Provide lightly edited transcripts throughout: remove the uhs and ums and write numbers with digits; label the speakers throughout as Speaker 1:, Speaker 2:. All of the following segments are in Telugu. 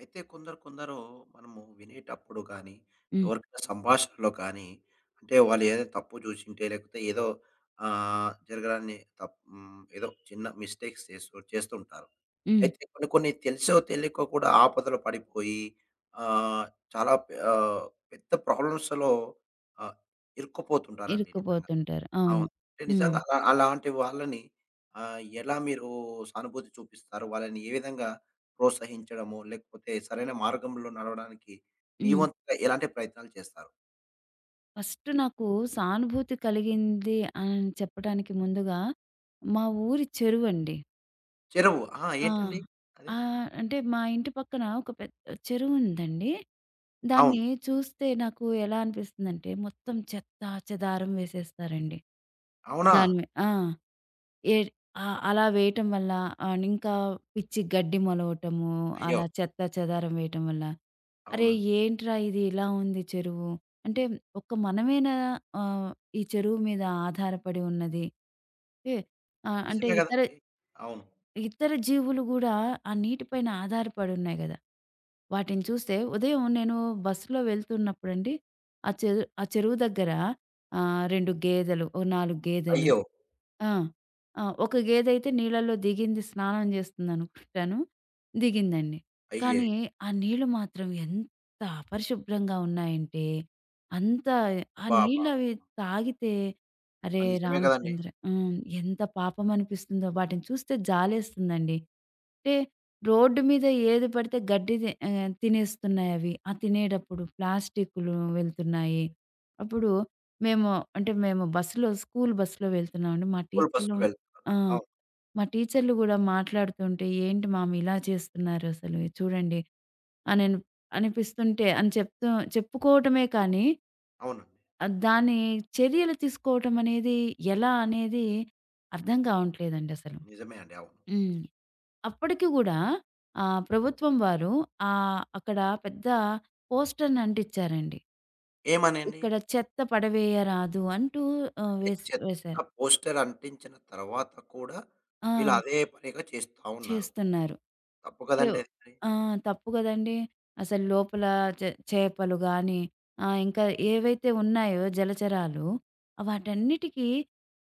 Speaker 1: అయితే కొందరు కొందరు మనము వినేటప్పుడు కానీ,
Speaker 2: హ్మ్.
Speaker 1: ఎవరికైనా సంభాషణలో కానీ, అంటే వాళ్ళు ఏదో తప్పు జూషుంటే లేకపోతే ఏదో జరగడాన్ని తప్ హ్మ్. ఏదో చిన్న మిస్టేక్స్ చేస్తూ చేస్తుంటారు.
Speaker 2: హ్మ్.
Speaker 1: అయితే కొన్ని కొన్ని తెలుసో తెలియకో కూడా ఆపదలో పడిపోయి ఆహ్, చాలా పెద్ద ప్రాబ్లమ్స్‌లో ఆహ్, ఇరుక్కుపోతుంటారండి నిజంగా.
Speaker 2: ఇరుక్కుపోతుంటారు. అవును.
Speaker 1: అవును. అంటే
Speaker 2: హ్మ్.
Speaker 1: నిజంగా అలాంటి వాళ్ళని ఎలా మీరు సానుభూతి చూపిస్తారు? వాళ్ళని ఏ విధంగా ప్రోత్సహించడమో, లేకపోతే సరైన మార్గంలో నడవడానికి మీ
Speaker 2: హ్మ్.
Speaker 1: వంతుగా ఎలాంటి ప్రయత్నాలు చేస్తారు?
Speaker 2: ఫస్ట్ నాకు సానుభూతి కలిగింది అని చెప్పడానికి ముందుగా మా ఊరి చెరువండి.
Speaker 1: చెరువు. ఆ!
Speaker 2: ఆ!
Speaker 1: ఏంటండి అది?
Speaker 2: అంటే మా ఇంటి పక్కన ఒక పెద్ద చెరువుందండి.
Speaker 1: అవును.
Speaker 2: దాన్ని చూస్తే నాకు ఎలా అనిపిస్తుందంటే మొత్తం చెత్తా చెదారం వేసేస్తారండి.
Speaker 1: అవునా?
Speaker 2: దాని మీ ఆ! ఏడ్ ఆ! అలా వేయటం వల్ల ఇంకా పిచ్చి గడ్డి మొలవటము,
Speaker 1: అయ్యో!
Speaker 2: అలా చెత్త చెదారం వేయటం వల్ల, "అరే!
Speaker 1: అవునండి.
Speaker 2: ఏంట్రా ఇది ఇలా ఉంది చెరువు?" అంటే ఒక్క మనమేనా ఆహ్, ఈ చెరువు మీద ఆధారపడి ఉన్నది? ఏ అంటే
Speaker 1: నిజమే
Speaker 2: ఇతర
Speaker 1: గదండీ! అవును.
Speaker 2: ఇతర జీవులు గూడా ఆ నీటి పైన ఆధారపడి ఉన్నాయి గదా! వాటిని చూస్తే ఉదయం నేను బస్సులో వెళ్తున్నప్పుడండి, ఆ చెరువు దగ్గర 2 గేదెలు, ఓ 4 గేదెలు.
Speaker 1: అయ్యో!
Speaker 2: ఆ! ఆ! ఒక గేదైతే నీళ్ళలో దిగింది, స్నానం చేస్తుందనుకుంటాను. దిగిందండి.
Speaker 1: అయ్యే!
Speaker 2: కానీ ఆ నీళ్ళు మాత్రం ఎంత అపరిశుభ్రంగా ఉన్నాయంటే, అంత ఆ
Speaker 1: అబ్బబ్బా!
Speaker 2: నీళ్ళవి తాగితే అరే
Speaker 1: నిజమే గదండీ!
Speaker 2: రామచంద్ర! హ్మ్. ఎంత పాపం అనిపిస్తుందో వాటిని చూస్తే జాలేస్తుందండి. అంటే రోడ్డు మీద ఏది పడితే తినేస్తున్నాయి అవి. ఆ తినేటప్పుడు ప్లాస్టిక్‌లు వెళ్తున్నాయి. అప్పుడు మేము అంటే మేము బస్సులో స్కూల్ బస్సులో వెళ్తున్నామండి. మా
Speaker 1: స్కూల్ బస్‌లో
Speaker 2: టీచర్లు
Speaker 1: వెళ్తున్నారు.
Speaker 2: ఆ!
Speaker 1: అవును.
Speaker 2: మా టీచర్లు గూడా మాట్లాడుతుంటే, "ఏంటి మామ్ ఇలా చేస్తున్నారు అసలు చూడండి" అనను అనిపిస్తుంటే అని చెప్తూ చెప్పుకోవటమే కానీ,
Speaker 1: అవునండి.
Speaker 2: దాన్ని చర్యలు తీసుకోవటం అనేది ఎలా అనేది అర్థం కావట్లేదండి అసలు.
Speaker 1: నిజమే అండి. అవును.
Speaker 2: హ్మ్. అప్పటికి గూడా ప్రభుత్వం వారు అక్కడ పెద్ద పోస్టర్‌ని అంటిచ్చారండి.
Speaker 1: ఏమనండి?
Speaker 2: ఇక్కడ చెత్త పడవేయరాదు అంటూ ఆహ్,
Speaker 1: అంటే
Speaker 2: వేస్
Speaker 1: చెత్త
Speaker 2: వేశారు.
Speaker 1: పోస్టర్ అంటించిన తర్వాత కూడా
Speaker 2: ఆ!
Speaker 1: వీళ్ళు అదే పనిగా చేస్తా ఉన్నారు.
Speaker 2: చేస్తున్నారు.
Speaker 1: తప్పు
Speaker 2: అంటే
Speaker 1: కదండీ అది మరి.
Speaker 2: ఆ! తప్పు గదండీ. అసలు లోపల చేపలు గాని, ఇంకా ఏవైతే ఉన్నాయో జలచరాలు వాటన్నిటికి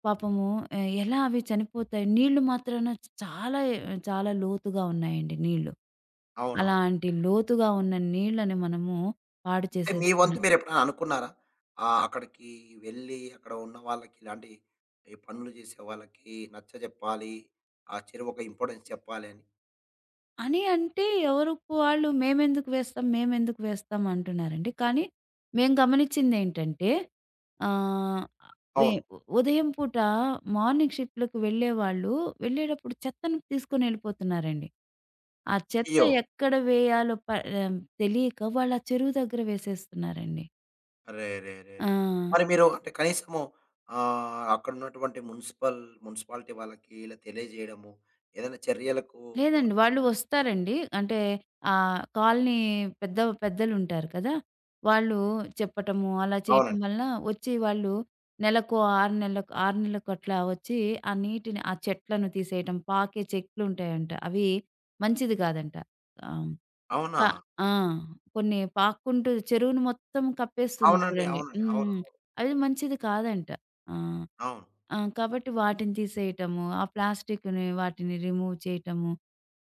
Speaker 2: పాపము, ఎలా అవి చనిపోతాయి? నీళ్ళు మాత్రాన చాలా చాలా లోతుగా ఉన్నాయండి నీళ్ళు.
Speaker 1: అవునవును.
Speaker 2: అలాంటి లోతుగా ఉన్న నీళ్ళని మనము పాడు
Speaker 1: అంటే మీ వంతు
Speaker 2: చేసేస్తున్నాం.
Speaker 1: మీరెప్పుడైనా అనుకున్నారా? అక్కడికి వెళ్ళి అక్కడ ఉన్న వాళ్ళకి ఇలాంటి ఈ పనులు చేసే వాళ్ళకి నచ్చజెప్పాలి. ఆ చెరువుకి ఇంపార్టెన్స్ చెప్పాలి అని.
Speaker 2: అని అంటే ఎవరికి వాళ్ళు మేమెందుకు వేస్తాం అంటున్నారండి. కానీ మేము గమనించిందేంటంటే, ఆహ్, వె
Speaker 1: అవును.
Speaker 2: ఉదయం పూట మార్నింగ్ షిఫ్ట్‌లకు వెళ్ళేవాళ్ళు వెళ్ళేటప్పుడు చెత్తను తీసుకొనెళ్ళిపోతున్నారండి. ఆ చెత్త
Speaker 1: అయ్యో!
Speaker 2: ఎక్కడ వేయాలో ప ఆహ్, తెలియక వాళ్ళు ఆ చెరువు దగ్గర వేసేస్తున్నారండి. ఆ!
Speaker 1: అరెరెరెరే! మరి మీరు అంటే కనీసము అక్కడున్నటువంటి మున్సిపాలిటీ వాళ్ళకి ఇలా తెలియజేయడము, ఏదైనా చర్యలకు
Speaker 2: లేదండి. వాళ్ళు
Speaker 1: ప్రోత్సహించడం
Speaker 2: వస్తారండి. అంటే కాలనీ పెద్ద పెద్దలుంటారు కదా! వాళ్ళు చెప్పటము, అలా చేయటం
Speaker 1: అవునండి.
Speaker 2: వలన వచ్చి వాళ్ళు నెలకో, 6 నెలలకు అట్లా వచ్చి ఆ నీటిని, ఆ చెట్లను తీసేయటం. పాకే చెట్లుంటాయంట. అవి మంచిది కాదంట. ఆహ్, క
Speaker 1: అవునా?
Speaker 2: ఆ! కొన్ని పాక్కుంటూ చెరువును మొత్తం కప్పేస్తుంది
Speaker 1: అవునండి.
Speaker 2: చూడండి.
Speaker 1: అవునండి. అవును.
Speaker 2: హ్మ్. అది మంచిది కాదంట. ఆ!
Speaker 1: అవును.
Speaker 2: ఆ! కాబట్టి వాటిని తీసేయటము, ఆ ప్లాస్టిక్‌ని వాటిని రిమూవ్ చేయటము,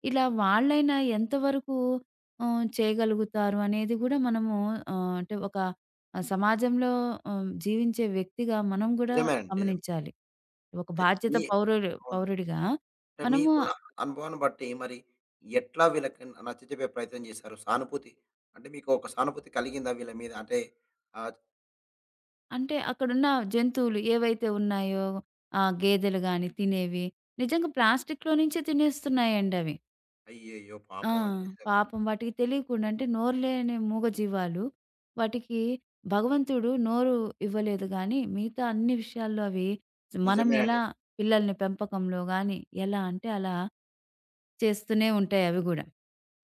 Speaker 2: ఇలా వాళ్ళైనా ఎంతవరకు చేయగలుగుతారు అనేది గూడా మనము, అంటే ఒక సమాజంలో జీవించే వ్యక్తిగా మనం గూడా
Speaker 1: నిజమే అండి. నిజమే.
Speaker 2: గమనించాలి. ఒక
Speaker 1: అయితే
Speaker 2: బాధ్యత పౌరుడు
Speaker 1: అవును.
Speaker 2: పౌరుడిగా
Speaker 1: అంటే
Speaker 2: మనము.
Speaker 1: మీకున్న అనుభవాన్ని బట్టి మరి ఎట్లా వీళ్ళకి నచ్చచెప్పే ప్రయత్నం చేశారు? అంటే మీకు ఒక సానుభూతి కలిగిందా వీళ్ళ మీద? అంటే ఆహ్,
Speaker 2: అంటే అక్కడున్న జంతువులు ఏవైతే ఉన్నాయో, ఆ గేదెలు గాని తినేవి నిజంగా ప్లాస్టిక్‌లో నుంచే తినేస్తున్నాయండి అవి.
Speaker 1: అయ్యయ్యో!
Speaker 2: ఆ!
Speaker 1: పాపం అండి నిజంగా.
Speaker 2: పాపం వాటికి తెలియకుండా. అంటే నోరు లేని మూగ జీవాలు. వాటికి భగవంతుడు నోరు ఇవ్వలేదు గానీ, మిగతా అన్ని విషయాల్లో అవి మనం ఎలా
Speaker 1: నిజమేనండి.
Speaker 2: పిల్లల్ని పెంపకంలో గానీ, ఎలా అంటే అలా చేస్తూనే ఉంటాయి అవి గూడా.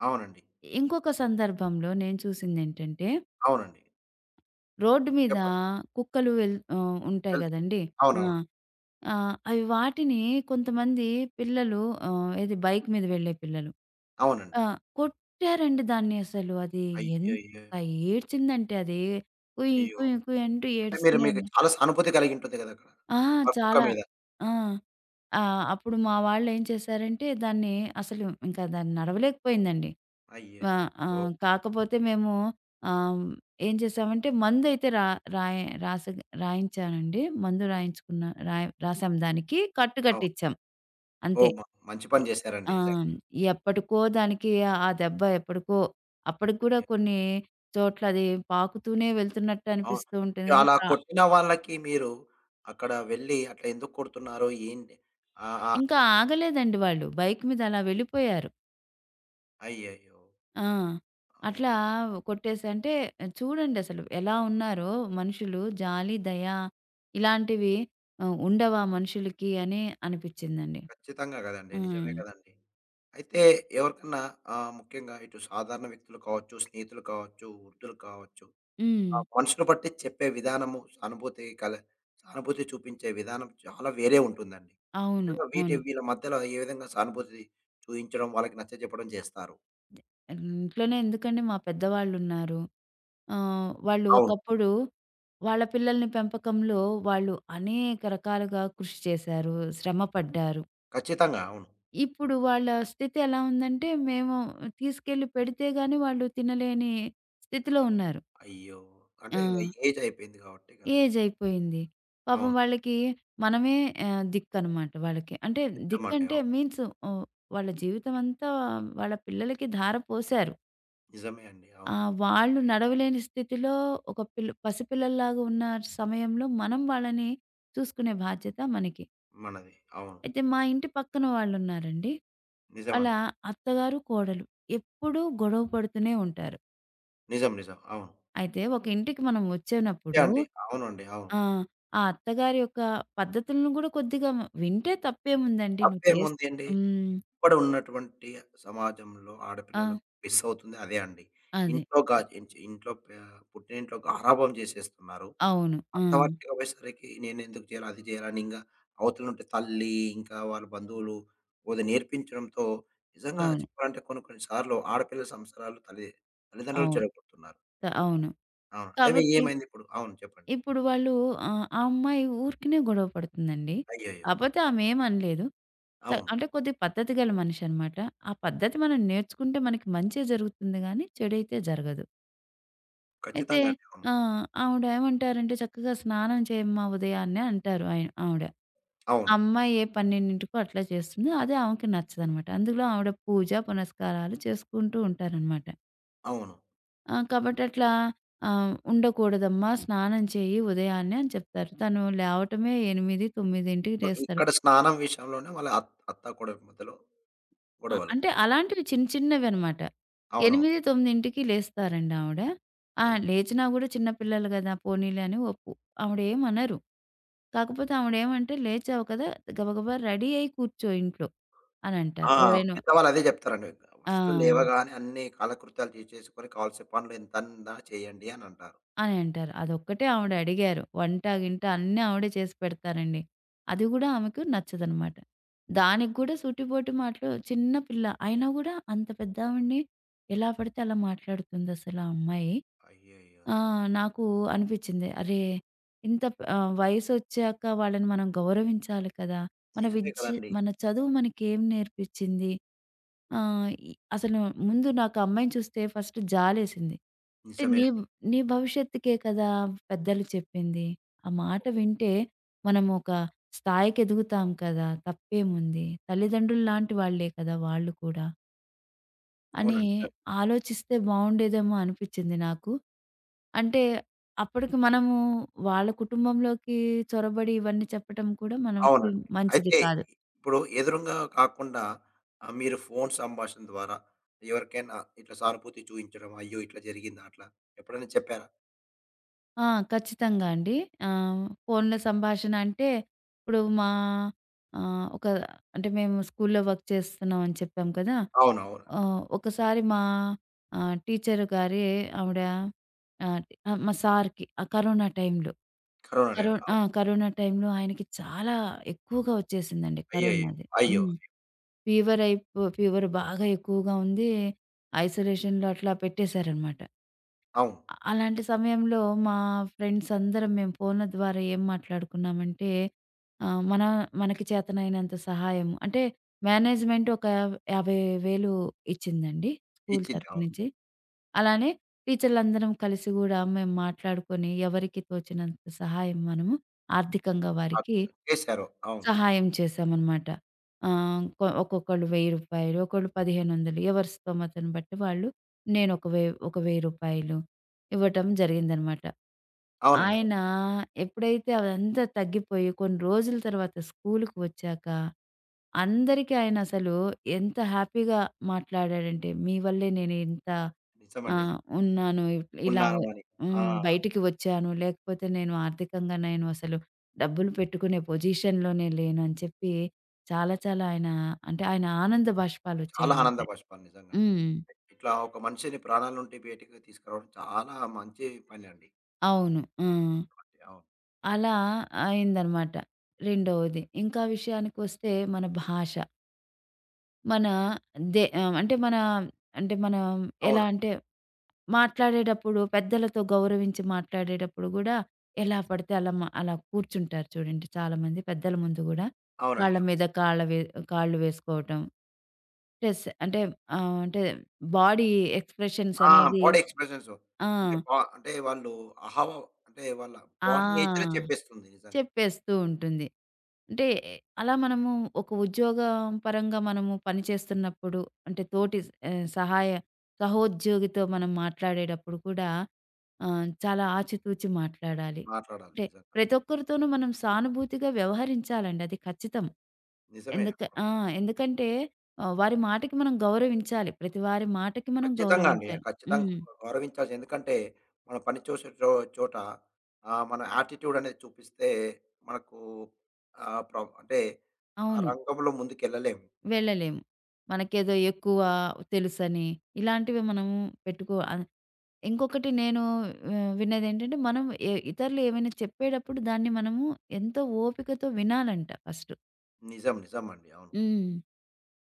Speaker 1: అవునండి.
Speaker 2: ఇంకొక సందర్భంలో నేను చూసిందేంటంటే,
Speaker 1: అవునండి.
Speaker 2: రోడ్డు మీద
Speaker 1: చెప్పండి.
Speaker 2: కుక్కలు ఉంటాయి
Speaker 1: వెళ్తూ
Speaker 2: గదండీ! ఆ!
Speaker 1: అవునవును.
Speaker 2: ఆహ్, అవి వాటిని కొంతమంది పిల్లలు, ఆహ్, ఏది బైక్ మీద వెళ్ళే పిల్లలు
Speaker 1: అవునండి.
Speaker 2: ఆ! కొట్టారండి దాన్ని అసలు. అది
Speaker 1: అయ్యయ్యో!
Speaker 2: ఎంత ఏడ్చిందంటే అది కుయ్
Speaker 1: అయ్యో!
Speaker 2: కుయ్ కుయ్ అంటూ
Speaker 1: అంటే
Speaker 2: ఏడుస్తూనే
Speaker 1: మీకు
Speaker 2: ఉంది.
Speaker 1: చాలా సానుభూతి కలిగి ఉంటుంది కదా! అక్కడ.
Speaker 2: ఆ!
Speaker 1: ఆ కుక్క
Speaker 2: చాలా.
Speaker 1: మీద.
Speaker 2: ఆ! అప్పుడు మా వాళ్ళేం చేశారంటే దాన్ని, అసలు ఇంకా దాన్ని నడవలేకపోయిందండి. వ
Speaker 1: అయ్యయ్యో!
Speaker 2: కాకపోతే మేము ఆహ్, ఏం చేసామంటే మందైతే రా రాయ రాస రాయించానండి. మందు రాయించుకున్న రాయ రాసాం దానికి. కట్టు
Speaker 1: అవును.
Speaker 2: కట్టిచ్చాం అంతే.
Speaker 1: ఓహ్! మంచి
Speaker 2: ఇ
Speaker 1: పని చేశారండి
Speaker 2: ఆ! ఎప్పటికో దానికి ఆ ఆ దెబ్బ ఎప్పటికో, అప్పటికి కూడా
Speaker 1: నిజంగా.
Speaker 2: కొన్ని చోట్ల అది పాకుతూనే వెళ్తున్నట్టు
Speaker 1: అవును.
Speaker 2: అనిపిస్తూ ఉంటుంది కానీ.
Speaker 1: అలా కొట్టిన వాళ్ళకి మీరు అక్కడ వెళ్లి అట్లా ఎందుకు కొడుతున్నారు? ఏంటి? ఆ! ఆ!
Speaker 2: ఇంకా ఆగలేదండి వాళ్ళు. బైక్ మీద అలా వెళ్ళిపోయారు.
Speaker 1: అయ్యయ్యో!
Speaker 2: ఆ! అట్లా
Speaker 1: అవును.
Speaker 2: కొట్టేసి, అంటే చూడండి అసలు ఎలా ఉన్నారో మనుషులు. జాలి, దయ ఇలాంటివి ఉండవా మనుషులకి అని అనిపించిందండి.
Speaker 1: ఖచ్చితంగా గదండీ.
Speaker 2: హ్మ్.
Speaker 1: నిజమే గదండీ. అయితే ఎవరికన్నా ముఖ్యంగా ఇటు సాధారణ వ్యక్తులు కావచ్చు, స్నేహితులు కావచ్చు, వృద్ధులు కావచ్చు,
Speaker 2: హ్మ్.
Speaker 1: ఆ మనుషులు బట్టి చెప్పే విధానము, సానుభూతి చూపించే విధానం చాలా వేరే ఉంటుందండి.
Speaker 2: అవును.
Speaker 1: నిజంగా
Speaker 2: అవును.
Speaker 1: వీళ్ళ మధ్యలో ఏ విధంగా సానుభూతి చూయించడం, వాళ్ళకి నచ్చచెప్పడం జేస్తారు.
Speaker 2: ఇంట్లోనే ఎందుకండి, మా పెద్దవాళ్ళున్నారు. వాళ్ళు
Speaker 1: అవును.
Speaker 2: ఒకప్పుడు వాళ్ళ పిల్లల్ని పెంపకంలో వాళ్ళు అనేక రకాలుగా కృషి చేశారు, శ్రమ పడ్డారు.
Speaker 1: ఖచ్చితంగా. అవును.
Speaker 2: ఇప్పుడు వాళ్ళ స్థితి ఎలా ఉందంటే, మేము తీసుకెళ్ళి పెడితే గాని వాళ్ళు తినలేని స్థితిలో ఉన్నారు.
Speaker 1: అయ్యో! అంటే
Speaker 2: ఆ!
Speaker 1: ఏజ్ అయిపోయింది కాబట్టి కదండీ.
Speaker 2: ఏజ్ అయిపోయింది. పాపం
Speaker 1: అవును.
Speaker 2: వాళ్ళకి మనమే దిక్కనమాట వాళ్ళకి. అంటే
Speaker 1: నిజమండి.
Speaker 2: దిక్కంటే
Speaker 1: అవును.
Speaker 2: మీన్స్ ఆహ్, వాళ్ళ జీవితం అంతా వాళ్ళ పిల్లలకి ధార పోశారు.
Speaker 1: నిజమే అండి.
Speaker 2: ఆ!
Speaker 1: అవును.
Speaker 2: వాళ్ళు నడవలేని స్థితిలో, ఒక పిల్ల పసిపిల్లల్లాగా ఉన్న సమయంలో మనం వాళ్ళని చూసుకునే బాధ్యత మనకి.
Speaker 1: మనది. అవును.
Speaker 2: అయితే మా ఇంటి పక్కన వాళ్ళున్నారండి. వాళ్ళ
Speaker 1: నిజమండి.
Speaker 2: అత్తగారు, కోడలు ఎప్పుడూ గొడవ పడుతూనే ఉంటారు.
Speaker 1: నిజం. నిజం. అవును.
Speaker 2: అయితే ఒక ఇంటికి మనం
Speaker 1: అంతే
Speaker 2: వచ్చేనప్పుడు
Speaker 1: అండి. అవునండి. అవును.
Speaker 2: ఆ! ఆ అత్తగారి యొక్క పద్ధతులను కూడా కొద్దిగా వింటే తప్పేముందండి నువ్వు చేస్తే.
Speaker 1: తప్పేముందండి?
Speaker 2: హ్మ్.
Speaker 1: ఇప్పుడు ఉన్నటువంటి సమాజంలో
Speaker 2: ఆ!
Speaker 1: ఆడపిల్లలకు మిస్ అవుతుంది అదే అండి.
Speaker 2: అదే.
Speaker 1: ఇంట్లో గా ఇంట్లో ప పుట్టినింట్లో గారాబం చేసేస్తున్నారు.
Speaker 2: అవును. ఆ!
Speaker 1: అత్తవారింటికి పోయేసరికి నేనెందుకు చేయాలి, అది చేయాలని ఇంగా అవతలనుంటే తల్లి, ఇంకా వాళ్ళ బంధువులు కొద్దిగా నేర్పించడంతో నిజంగా
Speaker 2: అవును.
Speaker 1: చెప్పాలంటే కొన్ని కొన్ని సార్లు ఆడపిల్ల సంస్కారాలు తల్లిదండ్రులు
Speaker 2: అవును.
Speaker 1: చెడగొడుతున్నారు.
Speaker 2: అవును.
Speaker 1: అవును. అవి
Speaker 2: కాబట్టి
Speaker 1: ఏమైందిప్పుడు? అవును చెప్పండి.
Speaker 2: ఇప్పుడు వాళ్ళు, ఆ అమ్మాయి ఊరికినే గొడవ పడుతుందండి.
Speaker 1: అయ్యయ్యో!
Speaker 2: కాపోతే ఆమేమనలేదు.
Speaker 1: అవును.
Speaker 2: అంటే కొద్దిగా పద్ధతి గల మనిషనమాట. ఆ పద్ధతి మనం నేర్చుకుంటే మనకి మంచే జరుగుతుంది గానీ, చెడైతే జరగదు. అయితే
Speaker 1: ఖచ్చితంగా అండి. అవును.
Speaker 2: ఆ! ఆవిడ ఏమంటారంటే, "చక్కగా స్నానం చేయమ్మా ఉదయాన్నే" అంటారు ఆయన ఆవిడ. ఆ
Speaker 1: అవును.
Speaker 2: అమ్మాయి ఏ 12కో అట్లా చేస్తుంది. అదే ఆమెకి నచ్చదనమాట. అందులో ఆవిడ పూజ, పునస్కారాలు చేసుకుంటూ ఉంటారనమాట.
Speaker 1: అవును.
Speaker 2: ఆ! కాబట్టి అట్లా "ఉండకూడదమ్మా స్నానం చెయ్యి ఉదయాన్నే" అని చెప్తారు. తను లేవటమే 8, 9కి
Speaker 1: సో,
Speaker 2: లేస్తారు.
Speaker 1: ఇక్కడ స్నానం విషయంలోనే వాళ్ళ అత్త, కోడలు మధ్యలో గొడవలు.
Speaker 2: అంటే అలాంటివి చిన్న చిన్నవనమాట.
Speaker 1: అవునవును.
Speaker 2: 8, 9కి లేస్తారండి ఆవిడ. ఆ!
Speaker 1: అయి
Speaker 2: లేచినా గూడా చిన్న పిల్లలు గదా! పోనీలే అని ఆవిడేమనరు. కాకపోతే ఆవిడేమంటే, "లేచావు కదా! గబగబా రెడీ అయ్యి కూర్చో ఇంట్లో" అనంటారు.
Speaker 1: ఆ!
Speaker 2: ఎవరైనా
Speaker 1: పెద్దవాళ్ళు అదే చెప్తారండి.
Speaker 2: ఆ!
Speaker 1: ఫస్ట్ లేవగానే అన్ని కాలకృత్యాలు చేసుకొని కావాల్సిన పనులు ఎంతన్నా చేయండి అనంటారు.
Speaker 2: అని అంటారు. అదొక్కటే ఆవిడ అడిగారు. వంట, గింట అన్నీ ఆవిడే చేసి పెడతారండి. అది గూడా ఆమెకు నచ్చదనమాట. దానికి గూడా సూటిపోటి మాటలు చిన్న పిల్ల. అయినా గూడా అంత పెద్దావిడని ఎలా పడితే అలా మాట్లాడుతుందసల ఆ అమ్మాయి.
Speaker 1: అయ్యయ్యయ్యో!
Speaker 2: నాకు అనిపిచ్చింది. అరే! వయసొచ్చాక వాళ్ళని మనం గౌరవించాలి కదా! మన
Speaker 1: నిజమే
Speaker 2: విద్య
Speaker 1: కదండీ.
Speaker 2: మన చదువు మనకేం నేర్పిచ్చింది? ఆహ్, ఇ అసలు ముందు నాకు ఆ అమ్మాయిని చూస్తే ఫస్ట్ జాలేసింది. అంటే
Speaker 1: నిజమే
Speaker 2: నీ
Speaker 1: అండి.
Speaker 2: నీ భవిష్యత్తుకే కదా పెద్దలు చెప్పింది. ఆ మాట వింటే మనం ఒక స్థాయికి ఎదుగుతాం కదా! తప్పేముంది? తల్లిదండ్రులు లాంటి వాళ్ళే కదా! వాళ్ళు కూడా అని
Speaker 1: అవునండి.
Speaker 2: ఆలోచిస్తే బావుండేదేమో అనిపించింది నాకు. అంటే అప్పటికి మనము వాళ్ళ కుటుంబంలోకి చొరబడి ఇవన్నీ చెప్పటం కూడా మనకి
Speaker 1: అవునండి.
Speaker 2: మంచిది
Speaker 1: అయితే
Speaker 2: కాదు.
Speaker 1: ఇప్పుడు ఎదురుంగా కాకుండా మీరు ఫోను సంభాషణ ద్వారా ఎవరికైనా ఇట్లా సానుభూతి చూయించడం, అయ్యో! ఇట్లా జరిగిందా అట్లా ఎప్పుడైనా చెప్పారా?
Speaker 2: ఆ! ఖచ్చితంగా అండి. ఫోన్‌లో సంభాషణ అంటే, ఇప్పుడు మా ఆహ్, ఒక అంటే మేము స్కూల్‌లో వర్క్ చేస్తున్నాం అని చెప్పాం కదా!
Speaker 1: అవునవునండి.
Speaker 2: ఒకసారి మా టీచర్ గారి ఆవిడ, ఆహ్, ఆహ్, మా సార్‌కి ఆ కరోనా టైంలో,
Speaker 1: కరోనా
Speaker 2: కరో
Speaker 1: టైంలో.
Speaker 2: ఆ!
Speaker 1: అవును.
Speaker 2: కరోనా టైంలో ఆయనకి చాలా ఎక్కువగా వచ్చేసిందండి
Speaker 1: అయ్యయ్యో!
Speaker 2: కరోనాది.
Speaker 1: అయ్యో!
Speaker 2: హ్మ్. ఫీవర్ బాగా ఎక్కువగా ఉంది. ఐసోలేషన్‌లో అట్లా పెట్టేశారనమాట.
Speaker 1: అవును.
Speaker 2: అలాంటి సమయంలో మా ఫ్రెండ్స్ అందరం మేము ఫోన్ల ద్వారా ఏం మాట్లాడుకున్నామంటే, ఆహ్, మన మనకి చేతనైనంత సహాయం అంటే మేనేజ్‌మెంట్ ఒక 50,000 ఇచ్చిందండి స్కూల్
Speaker 1: ఇచ్చింది.
Speaker 2: తరపు
Speaker 1: అవును.
Speaker 2: నుంచి. అలానే టీచర్లందరం కలిసి గూడా మేము మాట్లాడుకొని ఎవరికి తోచినంత సహాయం మనము ఆర్థికంగా వారికి
Speaker 1: ఆర్థికంగా చేశారు. అవును.
Speaker 2: సహాయం చేశామనమాట. ఆహ్, కొ ఒక్కొక్కళ్ళు రూ. 1000, ఒకళ్ళు 1500 ఎవరి స్తోమతను బట్టి వాళ్ళు, నేనొక వే ఒక రూ. 1000 ఇవ్వటం జరిగిందనమాట.
Speaker 1: అవునండి. అవును.
Speaker 2: ఆయన ఎప్పుడైతే అదంతా తగ్గిపోయి కొన్ని రోజుల తర్వాత స్కూలుకి వచ్చాక, అందరికీ ఆయనసలు ఎంత హ్యాపీగా మాట్లాడాడంటే, "మీ వల్లే నేను ఇంత
Speaker 1: నిజమండి.
Speaker 2: ఉన్నాను. ఇలా
Speaker 1: ఉన్నాను అని. ఆ!
Speaker 2: హ్మ్. బయటికి వచ్చాను. లేకపోతే నేను ఆర్థికంగా నేను అసలు డబ్బులు పెట్టుకునే పొజిషన్‌లోనే లేను" అని చెప్పి చాలా చాలా ఆయన, అంటే ఆయన ఆనంద
Speaker 1: చాలా ఆనంద
Speaker 2: బాష్పాలొచ్చాయన్నమాట.
Speaker 1: బాష్పాలు నిజంగానే.
Speaker 2: హ్మ్.
Speaker 1: ఇట్లా ఒక మనిషిని ప్రాణాల నుండి బయటికి తీసుకురావడం చాలా మంచి పని అండి.
Speaker 2: అవును. ఆ!
Speaker 1: అవును.
Speaker 2: అలా అయిందనమాట. రెండవది. ఇంకా విషయానికొస్తే మన భాష. మన దే ఆహ్, అంటే మన అంటే మనం ఎలా
Speaker 1: అవును.
Speaker 2: అంటే మాట్లాడేటప్పుడు, పెద్దలతో గౌరవించి మాట్లాడేటప్పుడు గూడా ఎలా పడితే అలా అలా కూర్చుంటారు చూడండి చాలామంది పెద్దల ముందు గూడా. కాళ్ళ
Speaker 1: అవునండి.
Speaker 2: మీద కాళ్ళ వే కాళ్ళు వేసుకోవటం. ప్లస్ అంటే ఆహ్, అంటే బాడీ ఎక్స్‌ప్రెషన్స్
Speaker 1: ఆ!
Speaker 2: అనేది
Speaker 1: బాడీ ఎక్స్‌ప్రెషన్స్.
Speaker 2: ఆ!
Speaker 1: అంటే అంటే వాళ్ళు అహావ అంటే వాళ్ళ
Speaker 2: ఆ!
Speaker 1: బాడీ నేచరే చెప్పేస్తుంది నిజంగా.
Speaker 2: చెప్పేస్తూ ఉంటుంది. అంటే అలా మనము ఒక ఉద్యోగం పరంగా మనము పని చేస్తున్నప్పుడు, అంటే తోటి ఆహ్, సహాయ సహోద్యోగితో మనం మాట్లాడేటప్పుడు కూడా చాలా ఆచితూచి మాట్లాడాలి.
Speaker 1: మాట్లాడాలి
Speaker 2: అంటే
Speaker 1: నిజంగా.
Speaker 2: ప్రతి ఒక్కరితోనూ మనం సానుభూతిగా వ్యవహరించాలండి. అది ఖచ్చితం.
Speaker 1: నిజమే.
Speaker 2: ఎందుక ఆ! ఎందుకంటే వారి మాటకి మనం గౌరవించాలి. ప్రతి వారి మాటకి మనం
Speaker 1: ఖచ్చితంగా అండి.
Speaker 2: గౌరవించాలి.
Speaker 1: ఖచ్చితంగా
Speaker 2: హ్మ్.
Speaker 1: గౌరవించాల్సి ఎందుకంటే మనం పని చూసే చోట మన యాటిట్యూడ్ అనేది చూపిస్తే మనకు అంటే ఆ
Speaker 2: అవును.
Speaker 1: రంగంలో ముందుకెళ్ళలేము. నిజంగా.
Speaker 2: వెళ్ళలేము. మనకేదో ఎక్కువ తెలుసని, ఇలాంటివి మనము పెట్టుకో ఆహ్, ఇంకొకటి నేను విన్నదేంటంటే, మనం ఇతరులు ఏమైనా చెప్పేటప్పుడు దాన్ని మనము ఎంతో ఓపికతో వినాలంట ఫస్టు.
Speaker 1: నిజం. నిజం అండి. అవును.
Speaker 2: హ్మ్.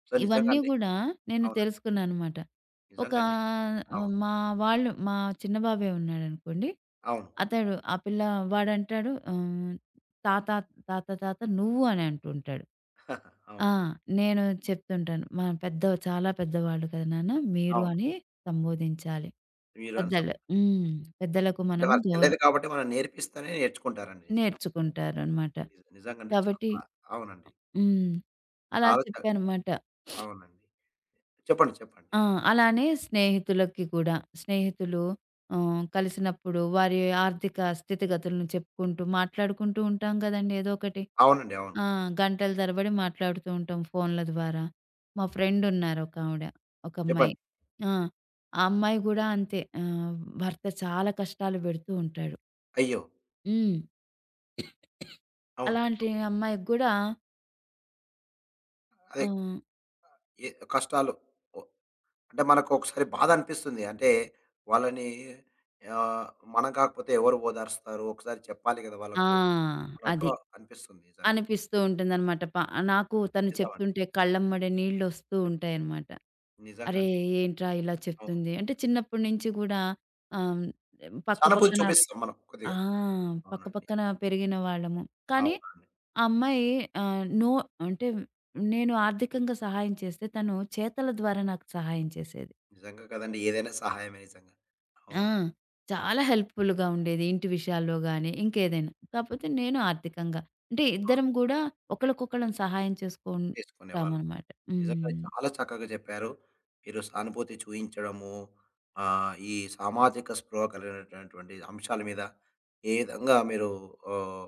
Speaker 1: సో, నిజంగా
Speaker 2: ఇవన్నీ
Speaker 1: అండి.
Speaker 2: గూడా నేను
Speaker 1: అవును.
Speaker 2: తెలుసుకున్నాననమాట. ఒక
Speaker 1: నిజంగా అండి. అవును.
Speaker 2: మా వాళ్ళు మా చిన్న బాబే ఉన్నాడనుకోండి.
Speaker 1: అవును.
Speaker 2: అతడు ఆ పిల్ల వాడంటాడు, "తాత, తాత, తాత నువ్వు" అని అంటుంటాడు.
Speaker 1: అవును.
Speaker 2: ఆ! నేను చెప్తుంటాను. మా పెద్ద చాలా పెద్దవాళ్ళు కదా నాన్న! మీరు
Speaker 1: అవును.
Speaker 2: అని సంబోధించాలి.
Speaker 1: మీరన్న
Speaker 2: పెద్దలు హ్మ్. పెద్దలకు
Speaker 1: అంటే
Speaker 2: మనము
Speaker 1: వాళ్ళకి తెలియదు
Speaker 2: గౌరవం
Speaker 1: కాబట్టి మనం నేర్పిస్తేనే నేర్చుకుంటారండి నిజంగా.
Speaker 2: నేర్చుకుంటారనమాట.
Speaker 1: నిజంగండి
Speaker 2: కాబట్టి
Speaker 1: చాలా అవునండి.
Speaker 2: హ్మ్. అలా
Speaker 1: చాలా
Speaker 2: చెప్పానమాట.
Speaker 1: అవునండి. చెప్పండి. చెప్పండి.
Speaker 2: ఆ! అలానే స్నేహితులకి కూడా. స్నేహితులు కలిసినప్పుడు వారి ఆర్థిక స్థితిగతులను చెప్పుకుంటూ, మాట్లాడుకుంటూ ఉంటాం కదండీ! ఏదో ఒకటి.
Speaker 1: అవునండి. అవును.
Speaker 2: ఆ! గంటల తరబడి మాట్లాడుతూ ఉంటాం ఫోన్ల ద్వారా. మా ఫ్రెండ్ ఉన్నారు ఒకావిడ, ఒక అమ్మాయి.
Speaker 1: చెప్పండి.
Speaker 2: ఆ! ఆ అమ్మాయి గూడా అంతే. భర్త చాలా కష్టాలు పెడుతూ ఉంటాడు.
Speaker 1: అయ్యో!
Speaker 2: హ్మ్.
Speaker 1: అవును.
Speaker 2: అలాంటి అమ్మాయికి గూడా
Speaker 1: అదే
Speaker 2: ఆహ్,
Speaker 1: కష్టాలు ఒ అంటే మనకు ఒకసారి బాధ అనిపిస్తుంది. అంటే వాళ్ళని ఆహ్, మనం కాకపోతే ఎవరు ఓదారుస్తారు? ఒకసారి చెప్పాలి కదా!
Speaker 2: ఆ!
Speaker 1: వాళ్ళకు అన్నట్టు
Speaker 2: అది.
Speaker 1: అనిపిస్తుంది నిజంగా.
Speaker 2: అనిపిస్తూ ఉంటుందనమాట. నాకు తను
Speaker 1: నిజమండి.
Speaker 2: చెప్తుంటే కళ్ళమ్మడే నీళ్ళొస్తూ ఉంటాయనమాట. అరే!
Speaker 1: నిజంగండి.
Speaker 2: ఏంట్రా ఇలా
Speaker 1: అవును.
Speaker 2: చెప్తుంది. అంటే చిన్నప్పటి నుంచి గూడా ఆహ్, పక్క
Speaker 1: సానుభూతి
Speaker 2: పక్కన
Speaker 1: చూపిస్తాం మనం
Speaker 2: ఆ!
Speaker 1: కొద్దిగా.
Speaker 2: పక్క
Speaker 1: అవునండి.
Speaker 2: పక్కన పెరిగిన వాళ్ళము. కానీ
Speaker 1: అవునండి.
Speaker 2: ఆ అమ్మాయి ఆహ్, నో అంటే నేను ఆర్థికంగా సహాయం చేస్తే తను చేతల ద్వారా నాకు సహాయం చేసేది.
Speaker 1: నిజంగా కదండీ! ఏదైనా సహాయమే నిజంగా.
Speaker 2: ఆ!
Speaker 1: అవును.
Speaker 2: చాలా హెల్ప్‌ఫుల్‌గా ఉండేది. ఇంటి విషయాల్లో గాని, ఇంకేదైనా. కాపోతే నేను ఆర్థికంగా. అంటే ఇద్దరం గూడా ఒకళ్ళకొకళ్ళం సహాయం
Speaker 1: చేసుకునేవాళ్ళు.
Speaker 2: చేసుకుంటామనమాట.
Speaker 1: నిజంగా
Speaker 2: హ్మ్.
Speaker 1: చాలా చక్కగా చెప్పారు. మీరు సానుభూతి చూయించడము, ఈ సామాజిక స్పృహ కలిగినటువంటి అంశాల మీద ఏ విధంగా మీరు ఆహ్,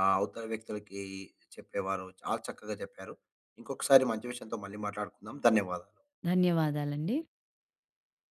Speaker 1: అవతల వ్యక్తులకి చెప్పేవారు. చాలా చక్కగా చెప్పారు. ఇంకొకసారి మంచి విషయంతో మళ్ళీ మాట్లాడుకుందాం. ధన్యవాదాలు.
Speaker 2: ధన్యవాదాలండి.